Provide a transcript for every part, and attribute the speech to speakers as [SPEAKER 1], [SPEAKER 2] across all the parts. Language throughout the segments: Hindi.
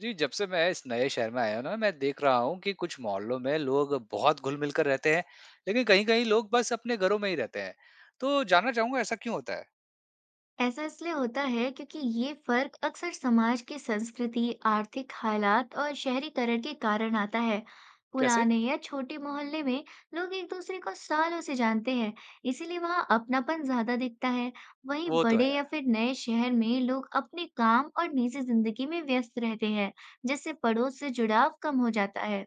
[SPEAKER 1] जी, जब से मैं इस नए शहर में आया हूँ ना, मैं देख रहा हूँ कि कुछ मोहल्लों में लोग बहुत घुल-मिल कर रहते हैं, लेकिन कहीं-कहीं लोग बस अपने घरों में ही रहते हैं। तो जानना चाहूँगा ऐसा क्यों होता है?
[SPEAKER 2] ऐसा इसलिए होता है क्योंकि ये फर्क अक्सर समाज की संस्कृति, आर्थिक हालात और शहरीकरण के कारण आता है।
[SPEAKER 1] कैसे?
[SPEAKER 2] पुराने या छोटे मोहल्ले में लोग एक दूसरे को सालों से जानते हैं, इसीलिए वहाँ अपनापन ज्यादा दिखता है। वहीं
[SPEAKER 1] वो तो
[SPEAKER 2] बड़े
[SPEAKER 1] है।
[SPEAKER 2] या फिर नए शहर में लोग अपने काम और निजी जिंदगी में व्यस्त रहते हैं, जिससे पड़ोस से जुड़ाव कम हो जाता है।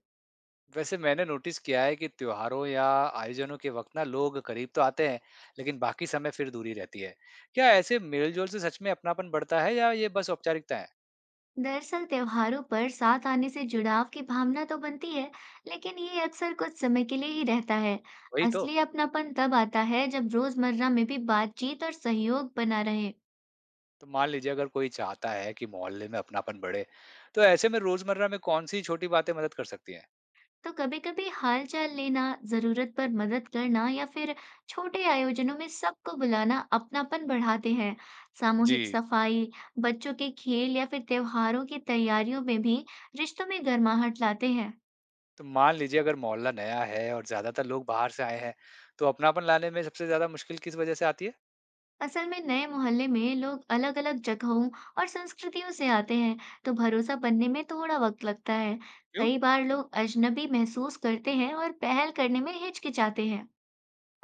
[SPEAKER 1] वैसे मैंने नोटिस किया है कि त्योहारों या आयोजनों के वक़्त ना लोग करीब तो आते हैं, लेकिन बाकी समय फिर दूरी रहती है। क्या ऐसे मेल-जोल से सच में अपनापन बढ़ता है या ये बस औपचारिकता है?
[SPEAKER 2] दरअसल त्योहारों पर साथ आने से जुड़ाव की भावना तो बनती है, लेकिन ये अक्सर कुछ समय के लिए ही रहता है।
[SPEAKER 1] वही तो।
[SPEAKER 2] असली अपनापन तब आता है जब रोजमर्रा में भी बातचीत और सहयोग बना रहे।
[SPEAKER 1] तो मान लीजिए अगर कोई चाहता है कि मोहल्ले में अपनापन बढ़े, तो ऐसे में रोज़मर्रा में कौन-सी छोटी बातें मदद कर सकती हैं?
[SPEAKER 2] तो कभी-कभी हालचाल लेना, जरूरत पर मदद करना या फिर छोटे आयोजनों में सबको बुलाना अपनापन बढ़ाते हैं। सामूहिक
[SPEAKER 1] जी।
[SPEAKER 2] सफाई, बच्चों के खेल या फिर त्योहारों की तैयारियों में भी रिश्तों में गर्माहट लाते हैं।
[SPEAKER 1] तो मान लीजिए अगर मोहल्ला नया है और ज्यादातर लोग बाहर से आए हैं, तो अपनापन लाने में सबसे ज्यादा मुश्किल किस वजह से आती है?
[SPEAKER 2] असल में नए मोहल्ले में लोग अलग-अलग जगहों और संस्कृतियों से आते हैं, तो भरोसा बनने में थोड़ा वक्त लगता है।
[SPEAKER 1] क्यों?
[SPEAKER 2] कई बार लोग अजनबी महसूस करते हैं और पहल करने में हिचकिचाते हैं।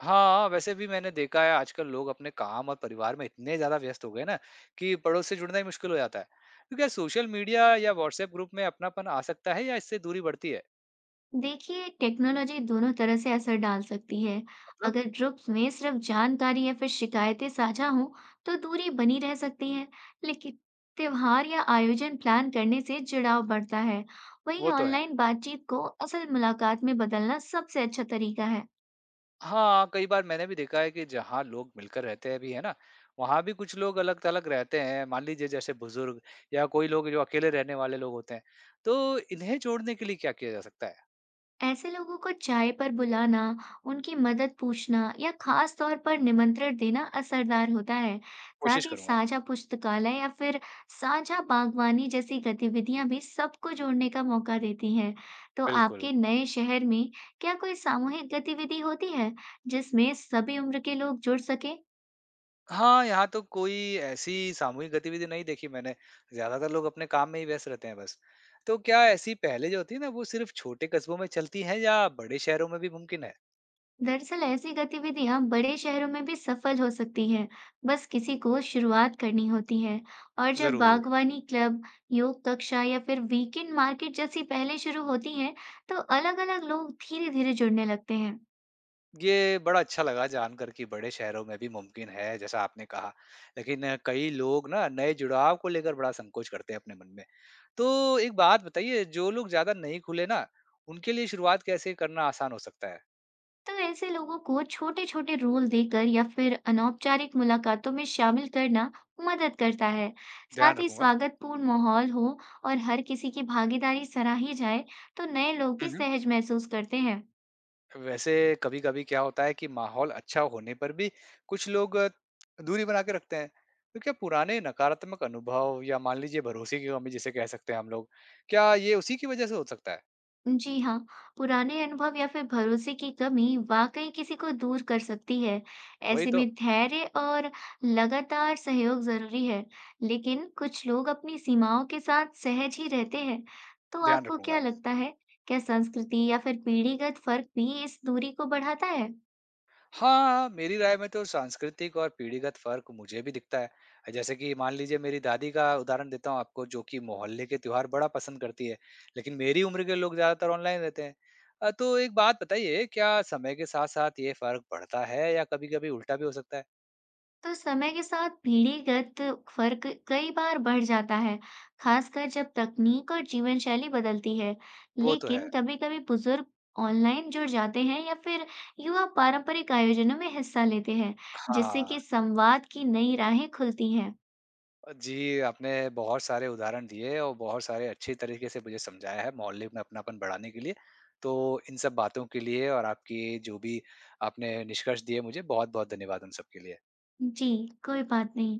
[SPEAKER 1] हाँ, वैसे भी मैंने देखा है आजकल लोग अपने काम और परिवार में इतने ज्यादा व्यस्त हो गए ना कि पड़ोस से जुड़ना ही मुश्किल हो जाता है। तो क्या सोशल मीडिया या व्हाट्सएप ग्रुप में अपनापन आ सकता है या इससे दूरी बढ़ती है?
[SPEAKER 2] देखिए, टेक्नोलॉजी दोनों तरह से असर डाल सकती है।
[SPEAKER 1] मतलब
[SPEAKER 2] अगर ग्रुप्स में सिर्फ जानकारी या फिर शिकायतें साझा हों, तो दूरी बनी रह सकती है। लेकिन त्योहार या आयोजन प्लान करने से जुड़ाव बढ़ता है। वहीं
[SPEAKER 1] वो तो है।
[SPEAKER 2] ऑनलाइन बातचीत को असल मुलाकात में बदलना सबसे अच्छा तरीका है।
[SPEAKER 1] हाँ, कई बार मैंने भी देखा है कि जहाँ लोग मिलकर रहते हैं भी, है ना? वहाँ भी कुछ लोग अलग-थलग रहते हैं। मान लीजिए जैसे बुज़ुर्ग या कोई लोग जो अकेले रहने वाले लोग होते हैं। तो इन्हें जोड़ने के लिए क्या किया जा सकता है?
[SPEAKER 2] ऐसे लोगों को चाय पर बुलाना, उनकी मदद पूछना या खास तौर पर निमंत्रण देना असरदार होता है। साथ
[SPEAKER 1] कोशिश
[SPEAKER 2] ही
[SPEAKER 1] करूँगा।
[SPEAKER 2] साझा पुस्तकालय या फिर साझा बागवानी जैसी गतिविधियां भी सबको जोड़ने का मौका देती हैं। तो
[SPEAKER 1] बिल्कुल।
[SPEAKER 2] आपके नए शहर में क्या कोई सामूहिक गतिविधि होती है जिसमें सभी उम्र के लोग जुड़ सकें?
[SPEAKER 1] हाँ, यहाँ तो कोई ऐसी सामूहिक गतिविधि नहीं देखी मैंने। ज़्यादातर लोग अपने काम में ही व्यस्त रहते हैं बस। तो क्या ऐसी पहलें जो होती है ना, वो सिर्फ़ छोटे कस्बों में चलती हैं या बड़े शहरों में भी मुमकिन है?
[SPEAKER 2] दरअसल ऐसी गतिविधियां बड़े शहरों में भी सफल हो सकती हैं, बस किसी को शुरुआत करनी होती है। और जब
[SPEAKER 1] ज़रूर।
[SPEAKER 2] बागवानी क्लब, योग कक्षा या फिर वीकेंड मार्केट जैसी पहलें शुरू होती हैं, तो अलग-अलग लोग धीरे-धीरे जुड़ने लगते हैं।
[SPEAKER 1] ये बड़ा अच्छा लगा जानकर कि बड़े शहरों में भी मुमकिन है, जैसा आपने कहा। लेकिन कई लोग ना नए जुड़ाव को लेकर बड़ा संकोच करते हैं अपने मन में। तो एक बात बताइए, जो लोग ज़्यादा नहीं खुले ना, उनके लिए शुरुआत कैसे करना आसान हो सकता है?
[SPEAKER 2] तो ऐसे लोगों को छोटे-छोटे रोल देकर या फिर अनौपचारिक मुलाकातों में शामिल करना मदद करता है।
[SPEAKER 1] ध्यान
[SPEAKER 2] साथ ही
[SPEAKER 1] रखूँगा।
[SPEAKER 2] स्वागतपूर्ण माहौल हो और हर किसी की भागीदारी सराही जाए, तो नए लोग
[SPEAKER 1] हुँ,
[SPEAKER 2] भी
[SPEAKER 1] हुँ।
[SPEAKER 2] सहज महसूस करते हैं।
[SPEAKER 1] वैसे कभी-कभी क्या होता है कि माहौल अच्छा होने पर भी कुछ लोग दूरी बना के रखते हैं। तो क्या पुराने नकारात्मक अनुभव या मान लीजिए भरोसे की कमी जिसे कह सकते हैं हम लोग, क्या ये उसी की वजह से हो सकता है?
[SPEAKER 2] जी हाँ, पुराने अनुभव या फिर भरोसे की कमी वाकई किसी को दूर कर सकती है।
[SPEAKER 1] वही
[SPEAKER 2] ऐसे
[SPEAKER 1] तो,
[SPEAKER 2] में धैर्य और लगातार सहयोग जरूरी है, लेकिन कुछ लोग अपनी सीमाओं के साथ सहज ही रहते हैं। तो
[SPEAKER 1] ध्यान
[SPEAKER 2] आपको
[SPEAKER 1] रखूँगा।
[SPEAKER 2] क्या लगता है, क्या संस्कृति या फिर पीढ़ीगत फर्क भी इस दूरी को बढ़ाता है?
[SPEAKER 1] हाँ, मेरी राय में तो सांस्कृतिक और पीढ़ीगत फ़र्क मुझे भी दिखता है। जैसे कि मान लीजिए मेरी दादी का उदाहरण देता हूँ आपको जो कि मोहल्ले के त्योहार बड़ा पसंद करती है, लेकिन मेरी उम्र के लोग ज़्यादातर ऑनलाइन रहते हैं। तो एक बात बताइए क्या समय के साथ-साथ ये फ़र्क बढ़ता है या कभी-कभी उल्टा भी हो सकता है?
[SPEAKER 2] तो समय के साथ पीढ़ीगत फर्क कई बार बढ़ जाता है, खासकर जब तकनीक और जीवन शैली बदलती है।
[SPEAKER 1] वो तो है।
[SPEAKER 2] लेकिन कभी-कभी बुजुर्ग ऑनलाइन जुड़ जाते हैं या फिर युवा पारंपरिक आयोजनों में हिस्सा लेते हैं, जिससे
[SPEAKER 1] हाँ।
[SPEAKER 2] कि संवाद की नई राहें खुलती हैं।
[SPEAKER 1] जी, आपने बहुत सारे उदाहरण दिए और बहुत सारे अच्छी तरीके से मुझे समझाया है मोहल्ले में अपनापन बढ़ाने के लिए। तो इन सब बातों के लिए और आपकी जो भी आपने निष्कर्ष दिए मुझे बहुत-बहुत धन्यवाद उन सब के लिए।
[SPEAKER 2] जी, कोई बात नहीं।